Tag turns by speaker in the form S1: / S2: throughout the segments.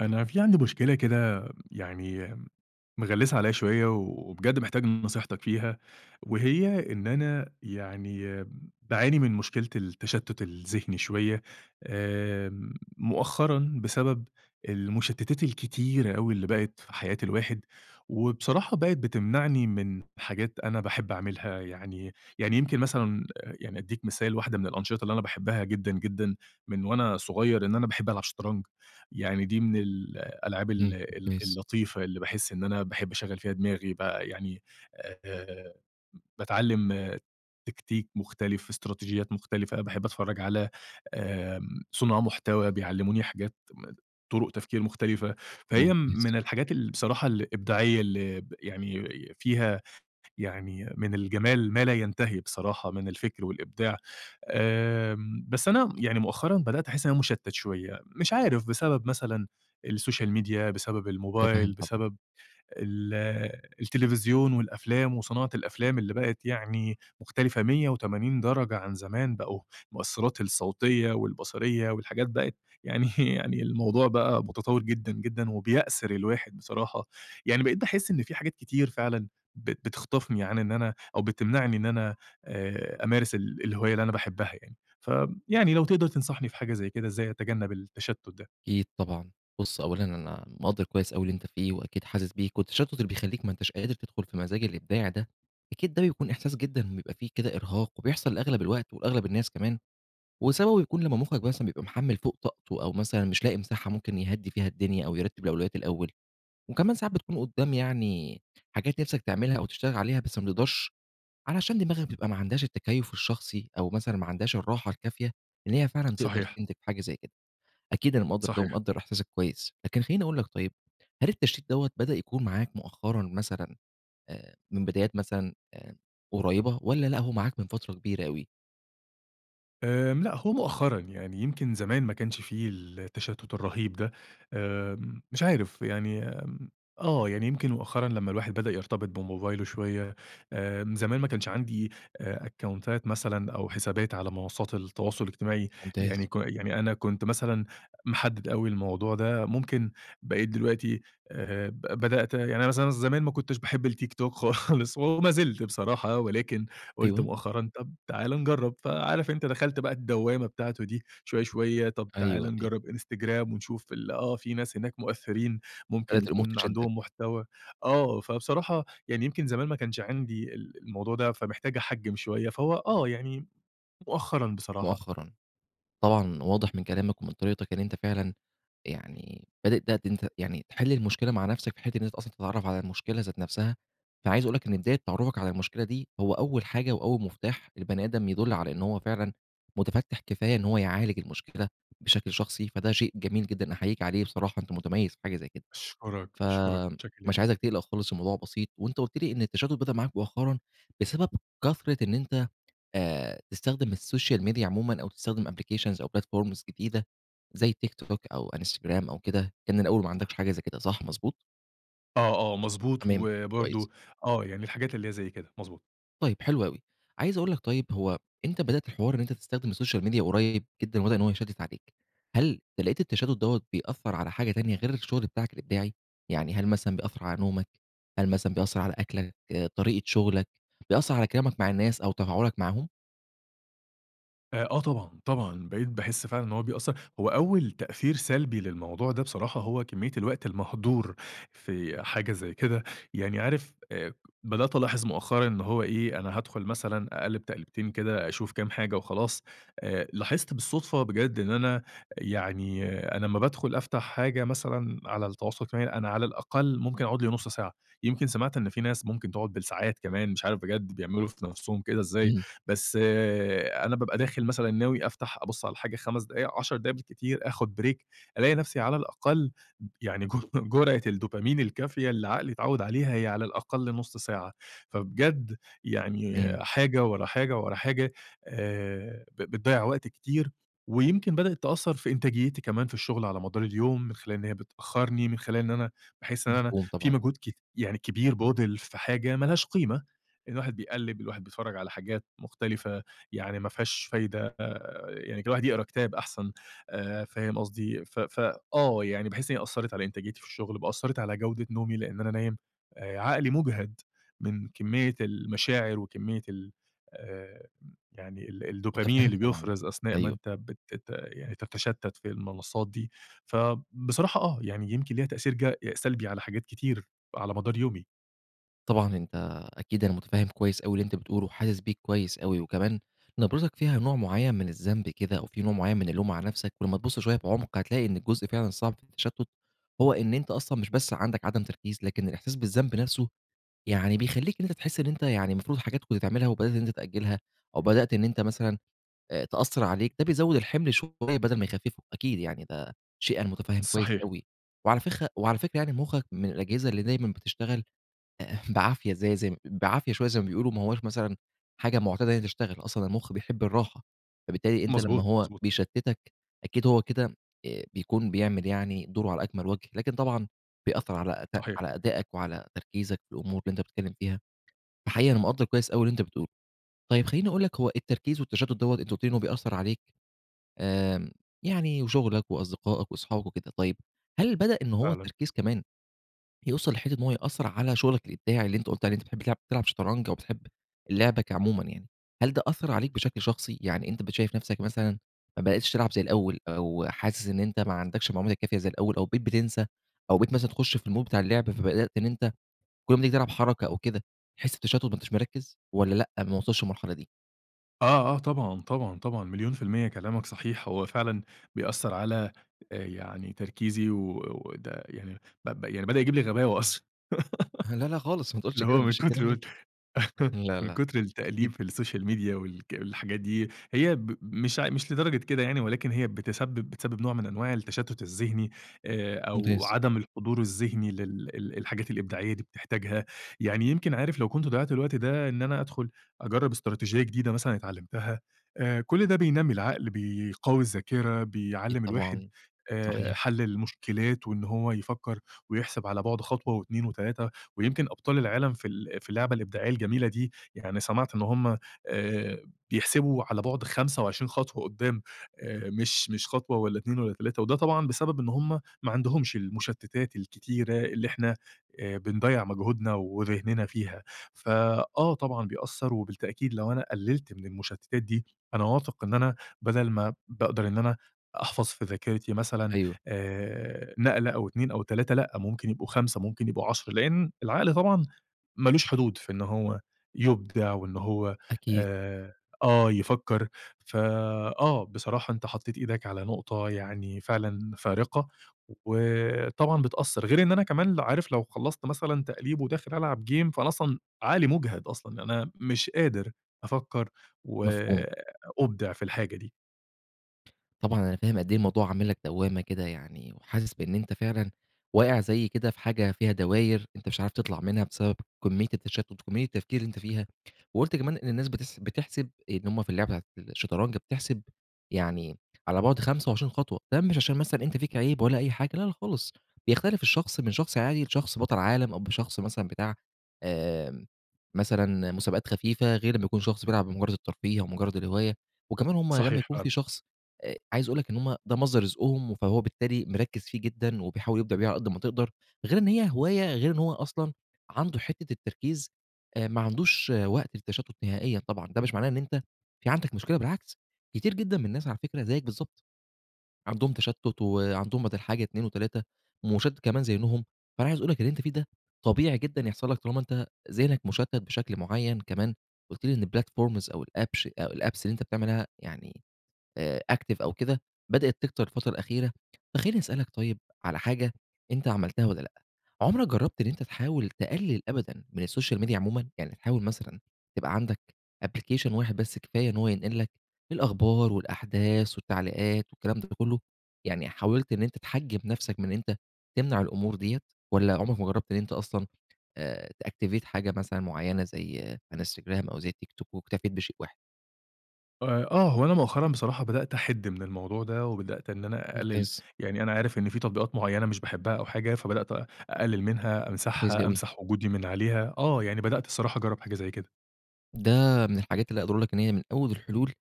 S1: أنا في عندي مشكلة كده مغلسة عليا شوية وبجد محتاج نصيحتك فيها، وهي إن أنا باعاني من مشكلة التشتت الذهني شوية. مؤخرًا بسبب المشتتات الكتيرة أوي اللي بقت في حياة الواحد، وبصراحة بقت بتمنعني من حاجات أنا باحب أعملها يعني. يمكن مثلًا يعني أديك مثال واحدة من الأنشطة اللي أنا باحبها جدًا، جدًا من وأنا صغير إن أنا باحب ألعب شطرنج. يعني دي من الألعاب ال ال
S2: ممتاز،
S1: اللطيفة اللي باحس إن أنا باحب أشغّل فيها دماغي بقى يعني. آآ باتعلّم تكتيك مختلف، استراتيجيات مختلفة، باحب أتفرّج على صُناع محتوى بيعلّموني حاجات طُرُق تفكير مختلفة، فهي
S2: ممتاز،
S1: من الحاجات اللي بصراحة الإبداعية اللي ب يعني فيها يعني من الجمال ما لا ينتهي بصراحة من الفكر والإبداع. بس أنا يعني مؤخرًا بدأت أحس إن أنا مشتّت شوية، مش عارف بسبب مثلًا السوشيال ميديا، بسبب
S2: متفهم
S1: الموبايل،
S2: طبعًا،
S1: بسبب ال التلفزيون والأفلام وصناعة الأفلام اللي بقت يعني مختلفة 180 درجة عن زمان، بقوا المؤثّرات الصوتية والبصرية والحاجات بقت يعني يعني الموضوع بقى متطوّر جدًا، جدًا وبيأسر الواحد بصراحة. يعني بقيت باحس إن في حاجات كتير فعلًا بتخطفني عن إن أنا أو بتمنعني إن أنا أمارس الهواية اللي أنا باحبّها يعني. فيعني لو تقدر تنصحني في حاجة زي كده إزاي أتجنّب التشتُّت ده؟
S2: أكيد طبعًا. بُص أولًا أنا مقدّر كويس أوي اللي أنت فيه، وأكيد حاسس بيك، والتشتت اللي بيخلّيك ما أنتاش قادر تدخل في مزاج الإبداع ده، أكيد ده بيكون إحساس جدًا بيبقى فيه كده إرهاق، وبيحصل لأغلب الوقت ولأغلب الناس كمان، وسببه بيكون لمّا مخك مثلًا بيبقى محمّل فوق طاقته، أو مثلًا مش لاقي مساحة ممكن يهدّي فيها الدنيا، أو يرتّب الأولويات الأول. وكمان ساعات بتكون قدّام يعني حاجات نِفْسك تعملها أو تشتغل عليها، بس ما بتقدرش علشان دماغك بتبقى ما عندهاش التكيّف الشخصي أو مثلًا ما عندهاش الراحة الكافية إن هي فعلًا تقدر
S1: صحيح،
S2: تنتج حاجة زي كده. أكيد أنا مقدّر ده
S1: صحيح.
S2: ومقدّر إحساسك كويس، لكن خلّيني أقول لك طيب، هل التشتيت دوّة بدأ يكون معاك مؤخرًا مثلًا من بدايات مثلًا قريّبة والّا لأ هو معاك من فترة كبيرة أوي؟
S1: لأ، هو مؤخرًا يعني يمكن زمان ما كانش في التشتُّت الرهيب ده. مش عارف يعني يعني يمكن مؤخرًا لمّا الواحد بدأ يرتبط بموبايله شوية. زمان ما كانش عندي أكونتات مثلًا أو حسابات على منصات التواصل الاجتماعي.
S2: ممتاز.
S1: يعني ك يعني أنا كنت مثلًا محدِّد أوي الموضوع ده، ممكن بقيت دلوقتي ب بدأت يعني أنا مثلًا زمان ما كنتش باحب الTikTok خالص وما زلت بصراحة، ولكن قُلت
S2: أيوه،
S1: مؤخرًا طَب تعالَ نجرّب، فعارف أنت دخلت بقى الدوّامة بتاعته دي شوية، شوية، طَب
S2: أيوه،
S1: تعالَ
S2: أيوه.
S1: نجرّب Instagram ونشوف في ناس هناك مؤثّرين ممكن
S2: بدأت الأمور
S1: يكون
S2: تشدّك
S1: عندهم محتوى. فبصراحة يعني يمكن زمان ما كانش عندي الموضوع ده، فمحتاج أحجّم شوية، فهو يعني مؤخرًا بصراحة.
S2: مؤخرًا. طبعًا واضح من كلامك ومن طريقتك إن أنت فعلًا يعني بادئ ده أنت يعني تحل المشكلة مع نفسك في حتة إن أنت أصلًا تتعرّف على المشكلة ذات نفسها، فعايز أقول لك إن بداية تعرّفك على المشكلة دي هو أول حاجة وأول مفتاح البني آدم يدُل على إن هو فعلًا متفتّح كفاية إن هو يعالج المشكلة بشكل شخصي، فده شيء جميل جدًا أحييك عليه بصراحة أنت متميّز في حاجة زي كده.
S1: أشكرك، أشكرك، متشكّر
S2: فمش
S1: ليك.
S2: عايزك تقلق خالص الموضوع بسيط، وأنت قُلت لي إن التشتت بدأ معاك مؤخرًا بسبب كثرة إن أنت تستخدم السوشيال ميديا عمومًا أو تستخدم applications أو platforms جديدة زي تيك توك أو انستجرام أو كده، كان الأول ما عندكش حاجة زي كده صح مضبوط؟
S1: آه، آه، مضبوط
S2: تمام، كويس.
S1: وبرضه يعني الحاجات اللي هي زي كده، مضبوط.
S2: طيب حلو أوي. عايز أقول لك طيب هو أنت بدأت الحوار إن أنت تستخدم السوشيال ميديا قريب جدًا وبدأ إن هو يشتت عليك، هل لقيت التشتت دوّة بيأثّر على حاجة تانية غير الشغل بتاعك الإبداعي؟ يعني هل مثلًا بيأثّر على نومك، هل مثلًا بيأثّر على أكلك، آه، طريقة شغلك، بيأثّر على كلامك مع الناس أو تفاعلك معاهم؟
S1: آه طبعًا، طبعًا، بقيت باحس فعلًا إن هو بيأثّر، هو أول تأثير سلبي للموضوع ده بصراحة هو كمية الوقت المهدور في حاجة زي كده. يعني عارف بدأت ألاحظ مؤخرًا إن هو إيه، أنا هادخل مثلًا أقلّب تقليبتين كده أشوف كام حاجة وخلاص. لاحظت بالصدفة بجد إن أنا أنا أمّا بادخل أفتح حاجة مثلًا على التواصل الاجتماعي أنا على الأقل ممكن أقعد لي نُص ساعة. يمكن سمعت إن في ناس ممكن تقعد بالساعات كمان، مش عارف بجد بيعملوا في نَفْسهم كده إزاي.
S2: إمم،
S1: بس أنا بابقى داخل مثلًا ناوي أفتح أبُص على حاجة 5 دقايق، 10 دقايق بالكتير، آخُد break، ألاقي نفسي على الأقل يعني جرعة الدوبامين الكافية اللي عقلي اتعوّد عليها هي على الأقل نُص ساعة. فبجد يعني
S2: تمام،
S1: حاجة ورا حاجة ورا حاجة ب بتضيّع وقت كتير، ويمكن بدأت تأثّر في إنتاجيتي كمان في الشغل على مدار اليوم، من خلال إن هي بتأخّرني، من خلال إن أنا باحس إن أنا
S2: مفهوم
S1: في
S2: طبعًا،
S1: مجهود كت يعني كبير بُذل في حاجة ما لهاش قيمة. الواحد بيقلِّب، الواحد بيتفرّج على حاجات مختلفة، يعني ما فيهاش فايدة. يعني كان الواحد يقرا كتاب أحسن. فاهم قصدي؟ ف ف يعني باحس إن هي أثّرت على إنتاجيتي في الشغل، وأثّرت على جودة نومي، لإن أنا نايم عقلي مُجهَد من كمية المشاعر وكمية ال آآ يعني ال الدوبامين
S2: متفهّم
S1: اللي
S2: طبعًا،
S1: بيُفرَز أثناء ما
S2: أيوه.
S1: أنت بتت يعني تتشتّت في المنصات دي. فبصراحة يعني يمكن ليها تأثير سلبي على حاجات كتير على مدار يومي.
S2: طبعًا أنت أكيد أنا متفهم كويس أوي اللي أنت بتقوله، وحاسس بيك كويس أوي، وكمان نبرتك فيها نوع معين من الذنب كده، أو في نوع معين من اللوم على نفسك، ولمّا تبُص شوية بعمق هتلاقي إن الجزء فعلًا الصعب في التشتت هو إن أنت أصلًا مش بس عندك عدم تركيز، لكن الإحساس بالذنب نفسه يعني بيخلّيك إن أنت تحس إن أنت يعني المفروض حاجات كنت تعملها وبدأت إن أنت تأجلها، أو بدأت إن أنت مثلًا تأثّر عليك، ده بيزوّد الحمل شوية بدل ما يخففه، أكيد يعني ده شيء أنا متفهم كويس
S1: صحيح،
S2: أوي، وعلى فكرة يعني مخك من الأجهزة اللي دايمًا بتشتغل بعافية زي بعافية شوية زي ما بيقولوا، ما هواش مثلًا حاجة معتادة إن هي تشتغل، أصلًا المُخ بيحب الراحة، فبالتالي أنت لمّا
S1: مضبوط،
S2: هو
S1: مضبوط،
S2: بيشتتك أكيد هو كده بيكون بيعمل يعني دوره على أكمل وجه، لكن طبعًا بيأثّر على أد
S1: صحيح.
S2: على أدائك وعلى تركيزك في الأمور اللي أنت بتتكلم فيها، فحقيقي أنا مقدّر كويس أوي اللي أنت بتقوله. طيب خلّيني أقول لك هو التركيز والتشتت دوّة أنت قُلت لي إن هو بيأثّر عليك آمم يعني وشغلك وأصدقائك وأصحابك وكده، طيب هل بدأ إن هو
S1: فعلًا.
S2: التركيز كمان يوصل لحتّة إن هو يأثّر على شغلك الإبداعي اللي أنت قُلت عليه، أنت بتحب تلعب شطرنج أو بتحب اللعبة كعمومًا يعني، هل ده أثّر عليك بشكل شخصي؟ يعني أنت شايف نَفْسك مثلًا ما بقيتش تلعب زي الأول أو حاسس إن أنت ما عندكش المعلومات الكافية زي الأول أو بقيت بتنسى أو بقيت مثلًا تخُش في الmood بتاع اللعب، فبدأت إن أنت كل ما تيجي تلعب حركة أو كده تحس بتشتُّت ما أنتش مركِّز والّا لأ ما وصلتش للمرحلة دي؟
S1: آه، آه، طبعًا، طبعًا، طبعًا، مليون في المِيّة كلامك صحيح، هو فعلًا بيأثّر على يعني تركيزي وده يعني ب ب يعني بدأ يجيب لي غباوة أصلًا.
S2: لا، لا خالص ما تقولش
S1: اللي
S2: كده
S1: هو
S2: ما
S1: من
S2: فيش الكلام
S1: كتر
S2: ده. لا،
S1: من
S2: لا.
S1: كتر التقليب
S2: أكيد،
S1: في السوشيال ميديا والحاجات دي، هي ب مش لدرجة كده يعني، ولكن هي بتسبب نوع من أنواع التشتت الذهني. أو
S2: ممتاز.
S1: عدم الحضور الذهني لل ال الحاجات الإبداعية دي بتحتاجها. يعني يمكن عارف لو كنت ضيّعت الوقت ده إن أنا أدخل أجرّب استراتيجية جديدة مثلًا اتعلمتها. كل ده بينمّي العقل، بيقوي الذاكرة،
S2: أكيد
S1: بيعلّم الواحد
S2: طبعًا. صحيح،
S1: حل المشكلات وإن هو يفكّر ويحسب على بُعد خطوة و2 و3. ويمكن أبطال العالم في ال في اللعبة الإبداعية الجميلة دي، يعني سمعت إن هم آآ بيحسبوا على بُعد 25 خطوة قدّام، مش خطوة والّا 2 والّا 3، وده طبعًا بسبب إن هم ما عندهمش المشتتات الكتيرة اللي إحنا بنضيّع مجهودنا وذهننا فيها. فآه طبعًا بيأثّر، وبالتأكيد لو أنا قللت من المشتتات دي، أنا واثق إن أنا بدل ما باقدر إن أنا أحفظ في ذاكرتي مثلًا
S2: أيوه.
S1: نقلة أو 2 أو 3 لأ، ممكن يبقوا 5 ممكن يبقوا 10 لإن العقل طبعًا ما لوش حدود في إن هو يُبدع وإن هو
S2: أكيد.
S1: آآ آه، يفكّر. فآه، بصراحة أنت حطّيت إيدك على نقطة يعني فعلًا فارقة، وطبعًا بتأثّر، غير إن أنا كمان عارف لو خلّصت مثلًا تقليب وداخل ألعب game فأنا أصلًا عقلي مُجهد أصلًا، يعني أنا مش قادر أفكّر
S2: مفهوم.
S1: وأُبدع في الحاجة دي،
S2: طبعًا أنا فاهم قد إيه الموضوع عامل لك دوّامة كده يعني، وحاسس بإن أنت فعلًا واقع زي كده في حاجة فيها دواير أنت مش عارف تطلع منها بسبب كمية التشتت وكمية التفكير اللي أنت فيها، وقُلت كمان إن الناس بتحسب إن هم في اللعبة بتاعة الشطرنج بتحسب يعني على بعد 25 خطوة، ده مش عشان مثلًا أنت فيك عيب ولا أي حاجة، لا لا خالص، بيختلف الشخص من شخص عادي لشخص بطل عالم أو بشخص مثلًا بتاع آمم، مثلًا مسابقات خفيفة، غير لمّا يكون شخص بيلعب بمجرد الترفيه أو مجرد الهواية، وكمان هم لمّا
S1: صحيح
S2: يكون
S1: فعلًا.
S2: في شخص عايز أقول لك إن هم ده مصدر رزقهم، فهو بالتالي مركّز فيه جدًا وبيحاول يبدع بيه على قد ما تقدر، غير إن هي هواية، غير إن هو أصلًا عنده حتّة التركيز ما عندوش آه، وقت للتشتُّت نهائيًا طبعًا، ده مش معناه إن أنت في عندك مشكلة بالعكس، كتير جدًا من الناس على فكرة زيّك بالضبط، عندهم تشتُّت وعندهم بدل حاجة 2 و3 ومشتِّت كمان زيّهم، فأنا عايز أقول لك اللي أنت فيه ده طبيعي جدًا يحصل لك طالما أنت ذهنك مشتَّت بشكل معيّن، كمان قُلت لي إن الplatforms أو الapps اللي أنت بتعملها يعني active أو كده، بدأت تكتر الفترة الأخيرة، فخلّيني أسألك طيب على حاجة أنت عملتها والّا لأ، عمرك جرّبت إن أنت تحاول تقلل أبدًا من السوشيال ميديا عمومًا؟ يعني تحاول مثلًا تبقى عندك application واحد بس كفاية إن هو ينقل لك الأخبار والأحداث والتعليقات والكلام ده كله، يعني حاولت إن أنت تحجّم نفسك من إن أنت تمنع الأمور ديّة، والّا عمرك ما جرّبت إن أنت أصلًا تactivate حاجة مثلًا معيّنة زي الإنستجرام أو زي التيك توك واكتفيت بشيء واحد؟
S1: آه، هو أنا مؤخرًا بصراحة بدأت أحِدّ من الموضوع ده، وبدأت إن أنا أقلل.
S2: ممتاز،
S1: يعني أنا عارف إن في تطبيقات معيّنة مش باحبها أو حاجة، فبدأت أقلل منها،
S2: كويس ج
S1: أمسحها،
S2: أوي.
S1: أمسح وجودي من عليها. يعني بدأت الصراحة أجرّب حاجة زي كده،
S2: ده من الحاجات اللي أقدر أقول لك إن هي من أول الحلول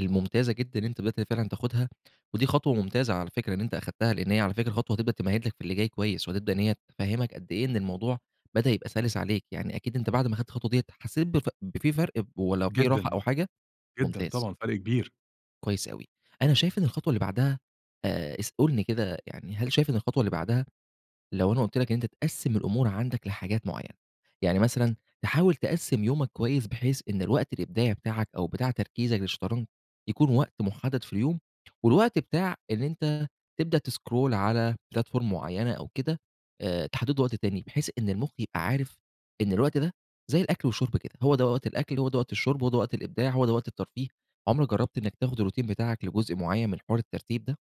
S2: الممتازة جدًا إن أنت بدأت فعلًا تاخدها، ودي خطوة ممتازة على فكرة إن أنت أخدتها، لإن هي على فكرة خطوة هتبدأ تمهد لك في اللي جاي كويس، وهتبدأ إن هي تفهمك قد إيه إن الموضوع بدأ يبقى سلس عليك، يعني أكيد أنت بعد ما أخدت الخطوة ديّة حسيت بفي فرق والّا في راحة
S1: جدًا،
S2: أو حاجة؟
S1: جدًا
S2: ممتاز،
S1: طبعًا فرق كبير.
S2: كويس أوي. أنا شايف إن الخطوة اللي بعدها اس قُل لي كده يعني هل شايف إن الخطوة اللي بعدها لو أنا قُلت لك إن أنت تقسّم الأمور عندك لحاجات معيّنة، يعني مثلًا تحاول تقسّم يومك كويس بحيث إن الوقت الإبداعي بتاعك أو بتاع تركيزك للشطرنج يكون وقت محدد في اليوم، والوقت بتاع إن أنت تبدأ تسكرول على platform معيّنة أو كده تحدّده وقت تاني، بحيث إن المخ يبقى عارف إن الوقت ده زي الأكل والشرب كده، هو ده وقت الأكل، هو ده وقت الشرب، هو ده وقت الإبداع، هو ده وقت الترفيه. عمرك جرّبت إنك تاخد الروتين بتاعك لجزء معيّن من حوار الترتيب ده؟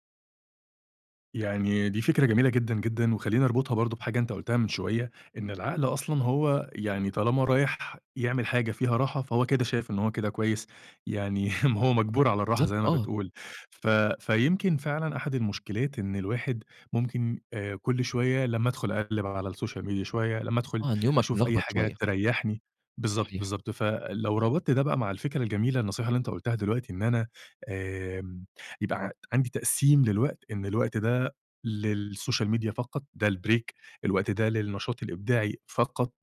S1: يعني دي فكرة جميلة جدًا، جدًا، وخلّيني أربطها برضه بحاجة أنت قُلتها من شوية، إن العقل أصلًا هو يعني طالما رايح يعمل حاجة فيها راحة، فهو كده شايف إن هو كده كويس، يعني ما هو مجبور على الراحة
S2: بالضبط
S1: زي ما
S2: آه،
S1: بتقول. ف فيمكن فعلًا أحد المشكلات إن الواحد ممكن كل شوية لمّا أدخل أقلِّب على الsocial media شوية، لمّا أدخل
S2: آه، إن يومك
S1: أشوف أي
S2: ملخبط
S1: حاجة
S2: شوية،
S1: تريّحني، بالضبط،
S2: صحيح.
S1: بالضبط. فلو ربطت ده بقى مع الفكرة الجميلة، النصيحة اللي أنت قُلتها دلوقتي، إن أنا آمم يبقى عندي تقسيم للوقت، إن الوقت ده للسوشيال ميديا فقط، ده الbreak، الوقت ده للنشاط الإبداعي فقط،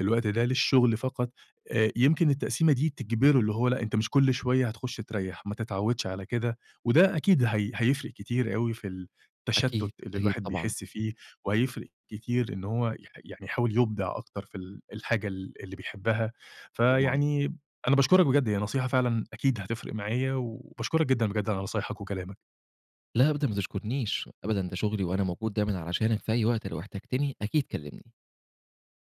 S1: الوقت ده للشغل فقط. يمكن التقسيمة دي تجبره اللي هو لأ، أنت مش كل شوية هتخش تريّح، ما تتعودش على كده، وده أكيد هيفرق كتير أوي في
S2: أكيد،
S1: التشتُّت اللي
S2: أكيد
S1: الواحد
S2: طبعًا،
S1: بيحس فيه، وهيفرق كتير إن هو يح يعني يحاول يُبدع أكتر في الحاجة اللي بيحبها.
S2: طبعًا.
S1: فيعني أنا باشكرك بجد، هي نصيحة فعلًا أكيد هتفرق معايا، وباشكرك جدًا بجد على نصايحك وكلامك.
S2: لا أبدًا ما تشكرنيش، أبدًا ده شغلي وأنا موجود دايمًا علشانك في أي وقت، لو احتجتني أكيد كلمني.